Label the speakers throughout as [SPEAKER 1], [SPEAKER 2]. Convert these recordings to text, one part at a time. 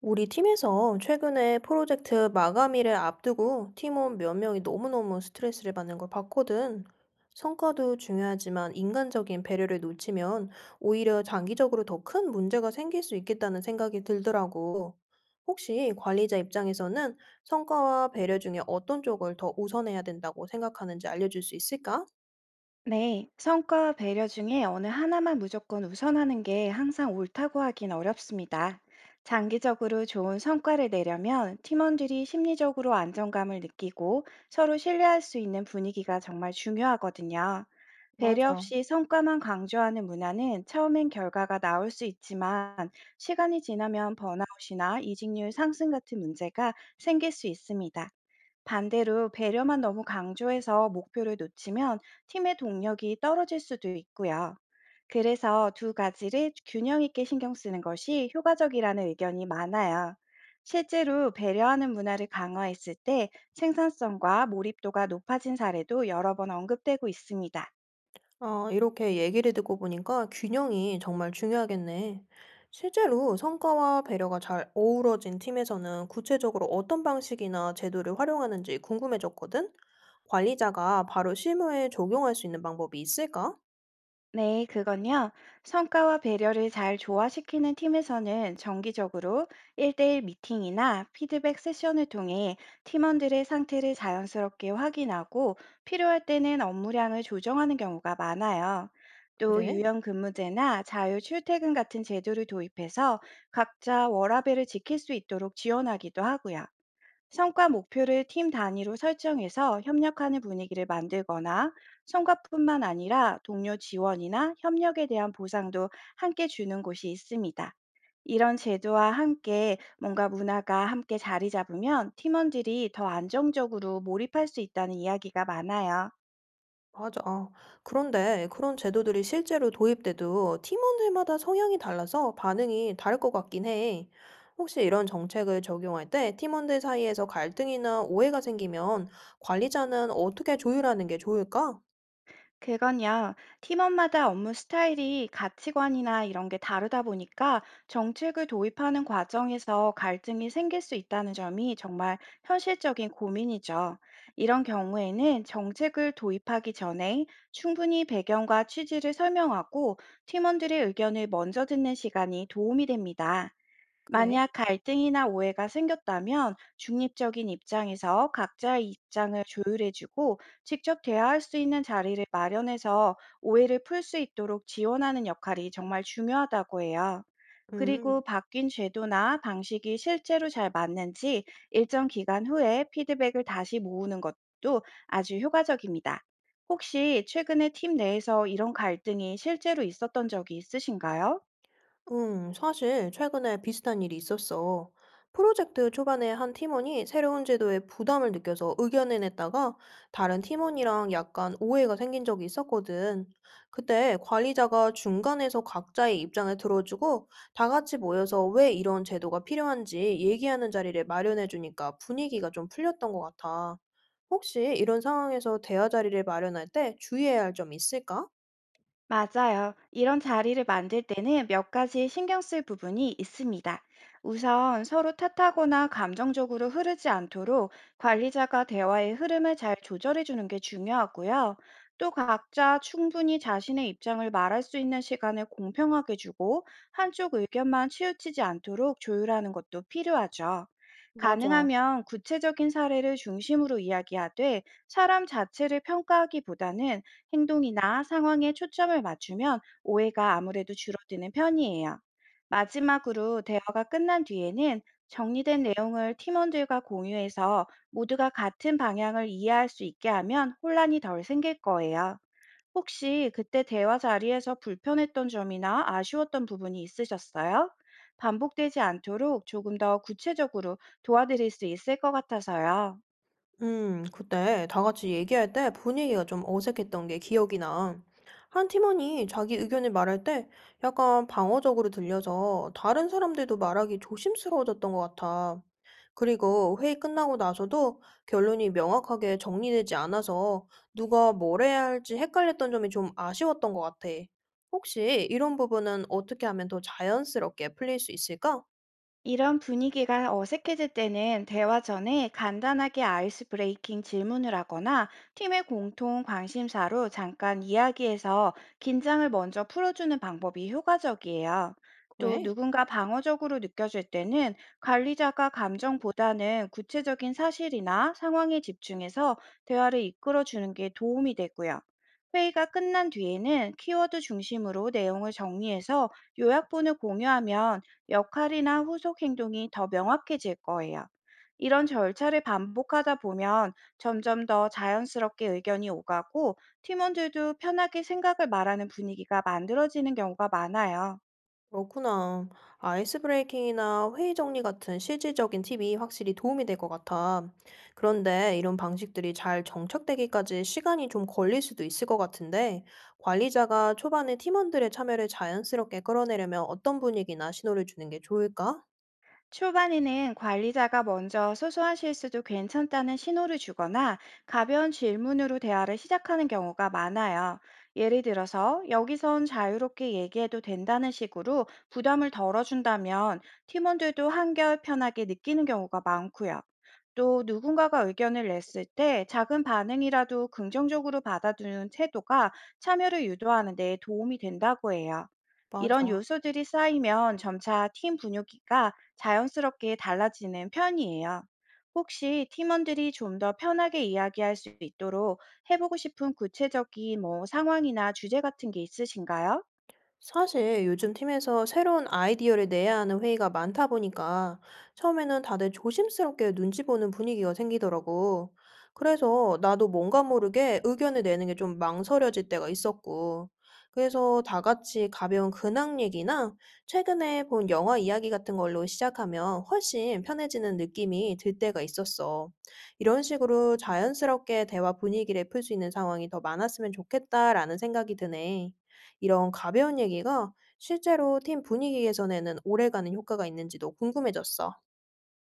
[SPEAKER 1] 우리 팀에서 최근에 프로젝트 마감일을 앞두고 팀원 몇 명이 너무너무 스트레스를 받는 걸 봤거든. 성과도 중요하지만 인간적인 배려를 놓치면 오히려 장기적으로 더 큰 문제가 생길 수 있겠다는 생각이 들더라고. 혹시 관리자 입장에서는 성과와 배려 중에 어떤 쪽을 더 우선해야 된다고 생각하는지 알려줄 수 있을까?
[SPEAKER 2] 네, 성과와 배려 중에 어느 하나만 무조건 우선하는 게 항상 옳다고 하긴 어렵습니다. 장기적으로 좋은 성과를 내려면 팀원들이 심리적으로 안정감을 느끼고 서로 신뢰할 수 있는 분위기가 정말 중요하거든요. 배려
[SPEAKER 1] 맞아.
[SPEAKER 2] 없이 성과만 강조하는 문화는 처음엔 결과가 나올 수 있지만, 시간이 지나면 번아웃이나 이직률 상승 같은 문제가 생길 수 있습니다. 반대로 배려만 너무 강조해서 목표를 놓치면 팀의 동력이 떨어질 수도 있고요. 그래서 두 가지를 균형 있게 신경 쓰는 것이 효과적이라는 의견이 많아요. 실제로 배려하는 문화를 강화했을 때 생산성과 몰입도가 높아진 사례도 여러 번 언급되고 있습니다.
[SPEAKER 1] 아, 이렇게 얘기를 듣고 보니까 균형이 정말 중요하겠네. 실제로 성과와 배려가 잘 어우러진 팀에서는 구체적으로 어떤 방식이나 제도를 활용하는지 궁금해졌거든? 관리자가 바로 실무에 적용할 수 있는 방법이 있을까?
[SPEAKER 2] 네, 그건요. 성과와 배려를 잘 조화시키는 팀에서는 정기적으로 1대1 미팅이나 피드백 세션을 통해 팀원들의 상태를 자연스럽게 확인하고, 필요할 때는 업무량을 조정하는 경우가 많아요. 또
[SPEAKER 1] 그래?
[SPEAKER 2] 유연 근무제나 자유 출퇴근 같은 제도를 도입해서 각자 워라밸을 지킬 수 있도록 지원하기도 하고요. 성과 목표를 팀 단위로 설정해서 협력하는 분위기를 만들거나, 성과뿐만 아니라 동료 지원이나 협력에 대한 보상도 함께 주는 곳이 있습니다. 이런 제도와 함께 뭔가 문화가 함께 자리 잡으면 팀원들이 더 안정적으로 몰입할 수 있다는 이야기가 많아요.
[SPEAKER 1] 맞아. 아, 그런데 그런 제도들이 실제로 도입돼도 팀원들마다 성향이 달라서 반응이 다를 것 같긴 해. 혹시 이런 정책을 적용할 때 팀원들 사이에서 갈등이나 오해가 생기면 관리자는 어떻게 조율하는 게 좋을까?
[SPEAKER 2] 그건요, 팀원마다 업무 스타일이 가치관이나 이런 게 다르다 보니까 정책을 도입하는 과정에서 갈등이 생길 수 있다는 점이 정말 현실적인 고민이죠. 이런 경우에는 정책을 도입하기 전에 충분히 배경과 취지를 설명하고 팀원들의 의견을 먼저 듣는 시간이 도움이 됩니다.
[SPEAKER 1] 그래.
[SPEAKER 2] 만약 갈등이나 오해가 생겼다면, 중립적인 입장에서 각자의 입장을 조율해주고 직접 대화할 수 있는 자리를 마련해서 오해를 풀 수 있도록 지원하는 역할이 정말 중요하다고 해요.
[SPEAKER 1] 음.
[SPEAKER 2] 그리고 바뀐 제도나 방식이 실제로 잘 맞는지 일정 기간 후에 피드백을 다시 모으는 것도 아주 효과적입니다. 혹시 최근에 팀 내에서 이런 갈등이 실제로 있었던 적이 있으신가요?
[SPEAKER 1] 사실 최근에 비슷한 일이 있었어. 프로젝트 초반에 한 팀원이 새로운 제도에 부담을 느껴서 의견을 냈다가 다른 팀원이랑 약간 오해가 생긴 적이 있었거든. 그때 관리자가 중간에서 각자의 입장을 들어주고 다 같이 모여서 왜 이런 제도가 필요한지 얘기하는 자리를 마련해 주니까 분위기가 좀 풀렸던 것 같아. 혹시 이런 상황에서 대화 자리를 마련할 때 주의해야 할 점이 있을까?
[SPEAKER 2] 맞아요. 이런 자리를 만들 때는 몇 가지 신경 쓸 부분이 있습니다. 우선 서로 탓하거나 감정적으로 흐르지 않도록 관리자가 대화의 흐름을 잘 조절해 주는 게 중요하고요. 또 각자 충분히 자신의 입장을 말할 수 있는 시간을 공평하게 주고, 한쪽 의견만 치우치지 않도록 조율하는 것도 필요하죠.
[SPEAKER 1] 맞아.
[SPEAKER 2] 가능하면 구체적인 사례를 중심으로 이야기하되, 사람 자체를 평가하기보다는 행동이나 상황에 초점을 맞추면 오해가 아무래도 줄어드는 편이에요. 마지막으로 대화가 끝난 뒤에는 정리된 내용을 팀원들과 공유해서 모두가 같은 방향을 이해할 수 있게 하면 혼란이 덜 생길 거예요. 혹시 그때 대화 자리에서 불편했던 점이나 아쉬웠던 부분이 있으셨어요? 반복되지 않도록 조금 더 구체적으로 도와드릴 수 있을 것 같아서요.
[SPEAKER 1] 그때 다 같이 얘기할 때 분위기가 좀 어색했던 게 기억이 나. 한 팀원이 자기 의견을 말할 때 약간 방어적으로 들려서 다른 사람들도 말하기 조심스러워졌던 것 같아. 그리고 회의 끝나고 나서도 결론이 명확하게 정리되지 않아서 누가 뭘 해야 할지 헷갈렸던 점이 좀 아쉬웠던 것 같아. 혹시 이런 부분은 어떻게 하면 더 자연스럽게 풀릴 수 있을까?
[SPEAKER 2] 이런 분위기가 어색해질 때는 대화 전에 간단하게 아이스 브레이킹 질문을 하거나, 팀의 공통 관심사로 잠깐 이야기해서 긴장을 먼저 풀어주는 방법이 효과적이에요. 또
[SPEAKER 1] 그래.
[SPEAKER 2] 누군가 방어적으로 느껴질 때는 관리자가 감정보다는 구체적인 사실이나 상황에 집중해서 대화를 이끌어 주는 게 도움이 되고요. 회의가 끝난 뒤에는 키워드 중심으로 내용을 정리해서 요약본을 공유하면 역할이나 후속 행동이 더 명확해질 거예요. 이런 절차를 반복하다 보면 점점 더 자연스럽게 의견이 오가고, 팀원들도 편하게 생각을 말하는 분위기가 만들어지는 경우가 많아요.
[SPEAKER 1] 그렇구나. 아이스 브레이킹이나 회의 정리 같은 실질적인 팁이 확실히 도움이 될 것 같아. 그런데 이런 방식들이 잘 정착되기까지 시간이 좀 걸릴 수도 있을 것 같은데, 관리자가 초반에 팀원들의 참여를 자연스럽게 끌어내려면 어떤 분위기나 신호를 주는 게 좋을까?
[SPEAKER 2] 초반에는 관리자가 먼저 소소한 실수도 괜찮다는 신호를 주거나, 가벼운 질문으로 대화를 시작하는 경우가 많아요. 예를 들어서, 여기선 자유롭게 얘기해도 된다는 식으로 부담을 덜어준다면 팀원들도 한결 편하게 느끼는 경우가 많고요. 또 누군가가 의견을 냈을 때 작은 반응이라도 긍정적으로 받아두는 태도가 참여를 유도하는 데 도움이 된다고 해요. 이런
[SPEAKER 1] 맞아.
[SPEAKER 2] 요소들이 쌓이면 점차 팀 분위기가 자연스럽게 달라지는 편이에요. 혹시 팀원들이 좀 더 편하게 이야기할 수 있도록 해보고 싶은 구체적인 뭐 상황이나 주제 같은 게 있으신가요?
[SPEAKER 1] 사실 요즘 팀에서 새로운 아이디어를 내야 하는 회의가 많다 보니까 처음에는 다들 조심스럽게 눈치 보는 분위기가 생기더라고. 그래서 나도 뭔가 모르게 의견을 내는 게 좀 망설여질 때가 있었고. 그래서 다 같이 가벼운 근황 얘기나 최근에 본 영화 이야기 같은 걸로 시작하면 훨씬 편해지는 느낌이 들 때가 있었어. 이런 식으로 자연스럽게 대화 분위기를 풀 수 있는 상황이 더 많았으면 좋겠다라는 생각이 드네. 이런 가벼운 얘기가 실제로 팀 분위기 개선에는 오래가는 효과가 있는지도 궁금해졌어.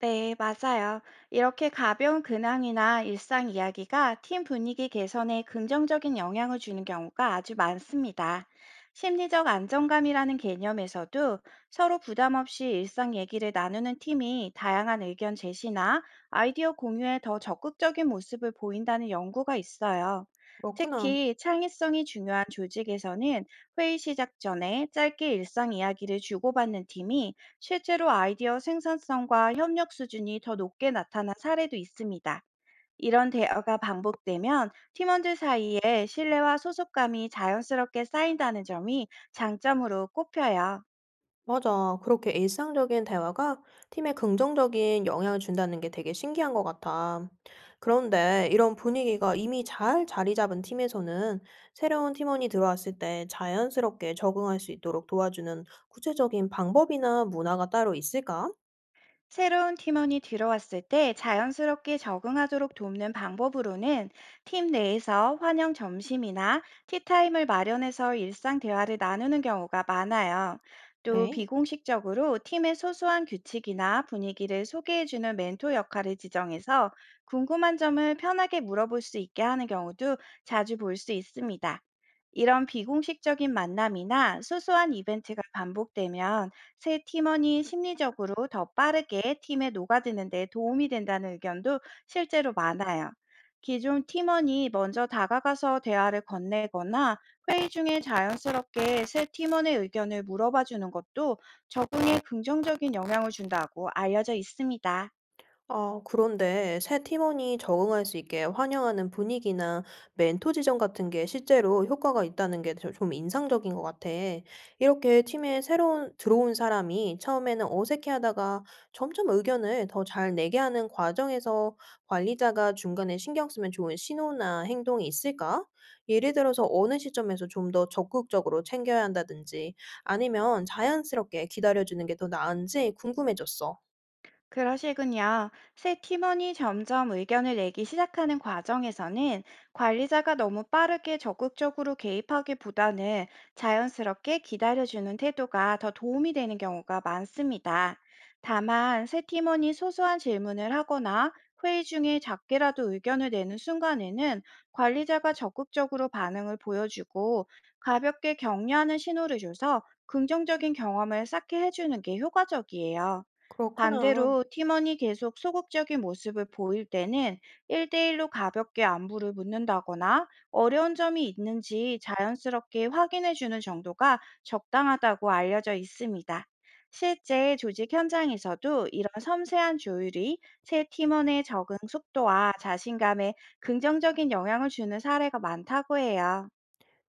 [SPEAKER 2] 네, 맞아요. 이렇게 가벼운 근황이나 일상 이야기가 팀 분위기 개선에 긍정적인 영향을 주는 경우가 아주 많습니다. 심리적 안정감이라는 개념에서도, 서로 부담 없이 일상 얘기를 나누는 팀이 다양한 의견 제시나 아이디어 공유에 더 적극적인 모습을 보인다는 연구가 있어요.
[SPEAKER 1] 그렇구나.
[SPEAKER 2] 특히 창의성이 중요한 조직에서는 회의 시작 전에 짧게 일상 이야기를 주고받는 팀이 실제로 아이디어 생산성과 협력 수준이 더 높게 나타난 사례도 있습니다. 이런 대화가 반복되면 팀원들 사이에 신뢰와 소속감이 자연스럽게 쌓인다는 점이 장점으로 꼽혀요.
[SPEAKER 1] 맞아. 그렇게 일상적인 대화가 팀에 긍정적인 영향을 준다는 게 되게 신기한 것 같아. 그런데 이런 분위기가 이미 잘 자리 잡은 팀에서는 새로운 팀원이 들어왔을 때 자연스럽게 적응할 수 있도록 도와주는 구체적인 방법이나 문화가 따로 있을까?
[SPEAKER 2] 새로운 팀원이 들어왔을 때 자연스럽게 적응하도록 돕는 방법으로는, 팀 내에서 환영 점심이나 티타임을 마련해서 일상 대화를 나누는 경우가 많아요. 또
[SPEAKER 1] 그래.
[SPEAKER 2] 비공식적으로 팀의 소소한 규칙이나 분위기를 소개해주는 멘토 역할을 지정해서 궁금한 점을 편하게 물어볼 수 있게 하는 경우도 자주 볼 수 있습니다. 이런 비공식적인 만남이나 소소한 이벤트가 반복되면 새 팀원이 심리적으로 더 빠르게 팀에 녹아드는 데 도움이 된다는 의견도 실제로 많아요. 기존 팀원이 먼저 다가가서 대화를 건네거나 회의 중에 자연스럽게 새 팀원의 의견을 물어봐 주는 것도 적응에 긍정적인 영향을 준다고 알려져 있습니다.
[SPEAKER 1] 아, 그런데 새 팀원이 적응할 수 있게 환영하는 분위기나 멘토 지정 같은 게 실제로 효과가 있다는 게 좀 인상적인 것 같아. 이렇게 팀에 새로운 들어온 사람이 처음에는 어색해하다가 점점 의견을 더 잘 내게 하는 과정에서 관리자가 중간에 신경 쓰면 좋은 신호나 행동이 있을까? 예를 들어서 어느 시점에서 좀 더 적극적으로 챙겨야 한다든지 아니면 자연스럽게 기다려주는 게 더 나은지 궁금해졌어.
[SPEAKER 2] 그러시군요. 새 팀원이 점점 의견을 내기 시작하는 과정에서는 관리자가 너무 빠르게 적극적으로 개입하기보다는 자연스럽게 기다려주는 태도가 더 도움이 되는 경우가 많습니다. 다만, 새 팀원이 소소한 질문을 하거나 회의 중에 작게라도 의견을 내는 순간에는 관리자가 적극적으로 반응을 보여주고 가볍게 격려하는 신호를 줘서 긍정적인 경험을 쌓게 해주는 게 효과적이에요.
[SPEAKER 1] 그렇구나.
[SPEAKER 2] 반대로 팀원이 계속 소극적인 모습을 보일 때는 1대1로 가볍게 안부를 묻는다거나 어려운 점이 있는지 자연스럽게 확인해 주는 정도가 적당하다고 알려져 있습니다. 실제 조직 현장에서도 이런 섬세한 조율이 새 팀원의 적응 속도와 자신감에 긍정적인 영향을 주는 사례가 많다고 해요.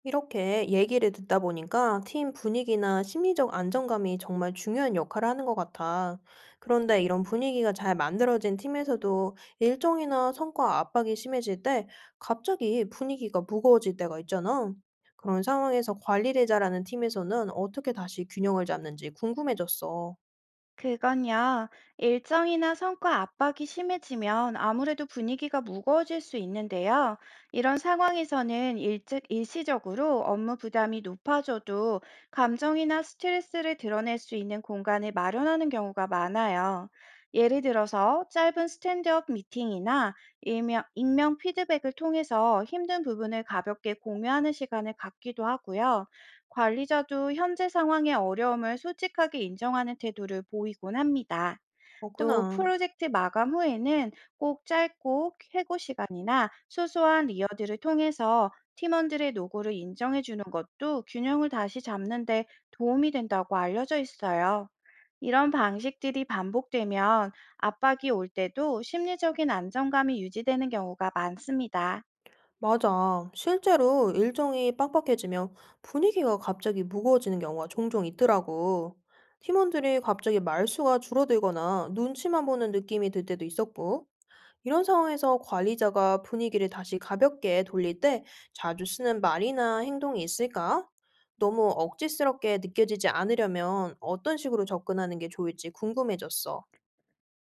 [SPEAKER 1] 이렇게 얘기를 듣다 보니까 팀 분위기나 심리적 안정감이 정말 중요한 역할을 하는 것 같아. 그런데 이런 분위기가 잘 만들어진 팀에서도 일정이나 성과 압박이 심해질 때 갑자기 분위기가 무거워질 때가 있잖아. 그런 상황에서 관리를 잘하는 팀에서는 어떻게 다시 균형을 잡는지 궁금해졌어.
[SPEAKER 2] 그건요, 일정이나 성과 압박이 심해지면 아무래도 분위기가 무거워질 수 있는데요. 이런 상황에서는 일찍 일시적으로 업무 부담이 높아져도 감정이나 스트레스를 드러낼 수 있는 공간을 마련하는 경우가 많아요. 예를 들어서, 짧은 스탠드업 미팅이나 익명 피드백을 통해서 힘든 부분을 가볍게 공유하는 시간을 갖기도 하고요. 관리자도 현재 상황의 어려움을 솔직하게 인정하는 태도를 보이곤 합니다. 또
[SPEAKER 1] 그렇구나.
[SPEAKER 2] 프로젝트 마감 후에는 꼭 짧고 회고 시간이나 소소한 리어드를 통해서 팀원들의 노고를 인정해 주는 것도 균형을 다시 잡는데 도움이 된다고 알려져 있어요. 이런 방식들이 반복되면 압박이 올 때도 심리적인 안정감이 유지되는 경우가 많습니다.
[SPEAKER 1] 맞아. 실제로 일정이 빡빡해지면 분위기가 갑자기 무거워지는 경우가 종종 있더라고. 팀원들이 갑자기 말수가 줄어들거나 눈치만 보는 느낌이 들 때도 있었고, 이런 상황에서 관리자가 분위기를 다시 가볍게 돌릴 때 자주 쓰는 말이나 행동이 있을까? 너무 억지스럽게 느껴지지 않으려면 어떤 식으로 접근하는 게 좋을지 궁금해졌어.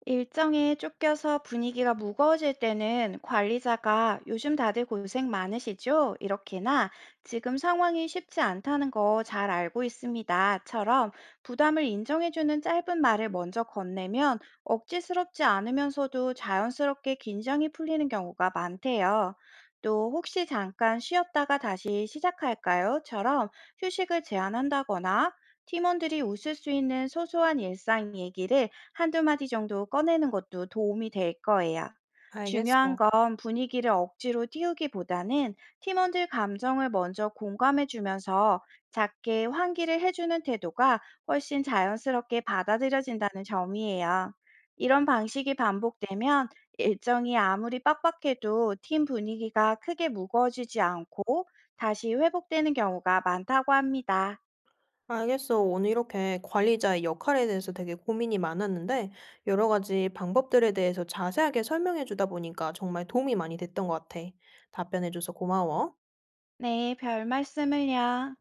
[SPEAKER 2] 일정에 쫓겨서 분위기가 무거워질 때는 관리자가 "요즘 다들 고생 많으시죠?" 이렇게나 "지금 상황이 쉽지 않다는 거 잘 알고 있습니다"처럼 부담을 인정해주는 짧은 말을 먼저 건네면 억지스럽지 않으면서도 자연스럽게 긴장이 풀리는 경우가 많대요. 또 "혹시 잠깐 쉬었다가 다시 시작할까요?"처럼 휴식을 제한한다거나 팀원들이 웃을 수 있는 소소한 일상 얘기를 한두 마디 정도 꺼내는 것도 도움이 될 거예요.
[SPEAKER 1] 알겠어.
[SPEAKER 2] 중요한 건 분위기를 억지로 띄우기보다는 팀원들 감정을 먼저 공감해 주면서 작게 환기를 해주는 태도가 훨씬 자연스럽게 받아들여진다는 점이에요. 이런 방식이 반복되면 일정이 아무리 빡빡해도 팀 분위기가 크게 무거워지지 않고 다시 회복되는 경우가 많다고 합니다.
[SPEAKER 1] 알겠어. 오늘 이렇게 관리자의 역할에 대해서 되게 고민이 많았는데, 여러 가지 방법들에 대해서 자세하게 설명해 주다 보니까 정말 도움이 많이 됐던 것 같아. 답변해 줘서 고마워.
[SPEAKER 2] 네, 별 말씀을요.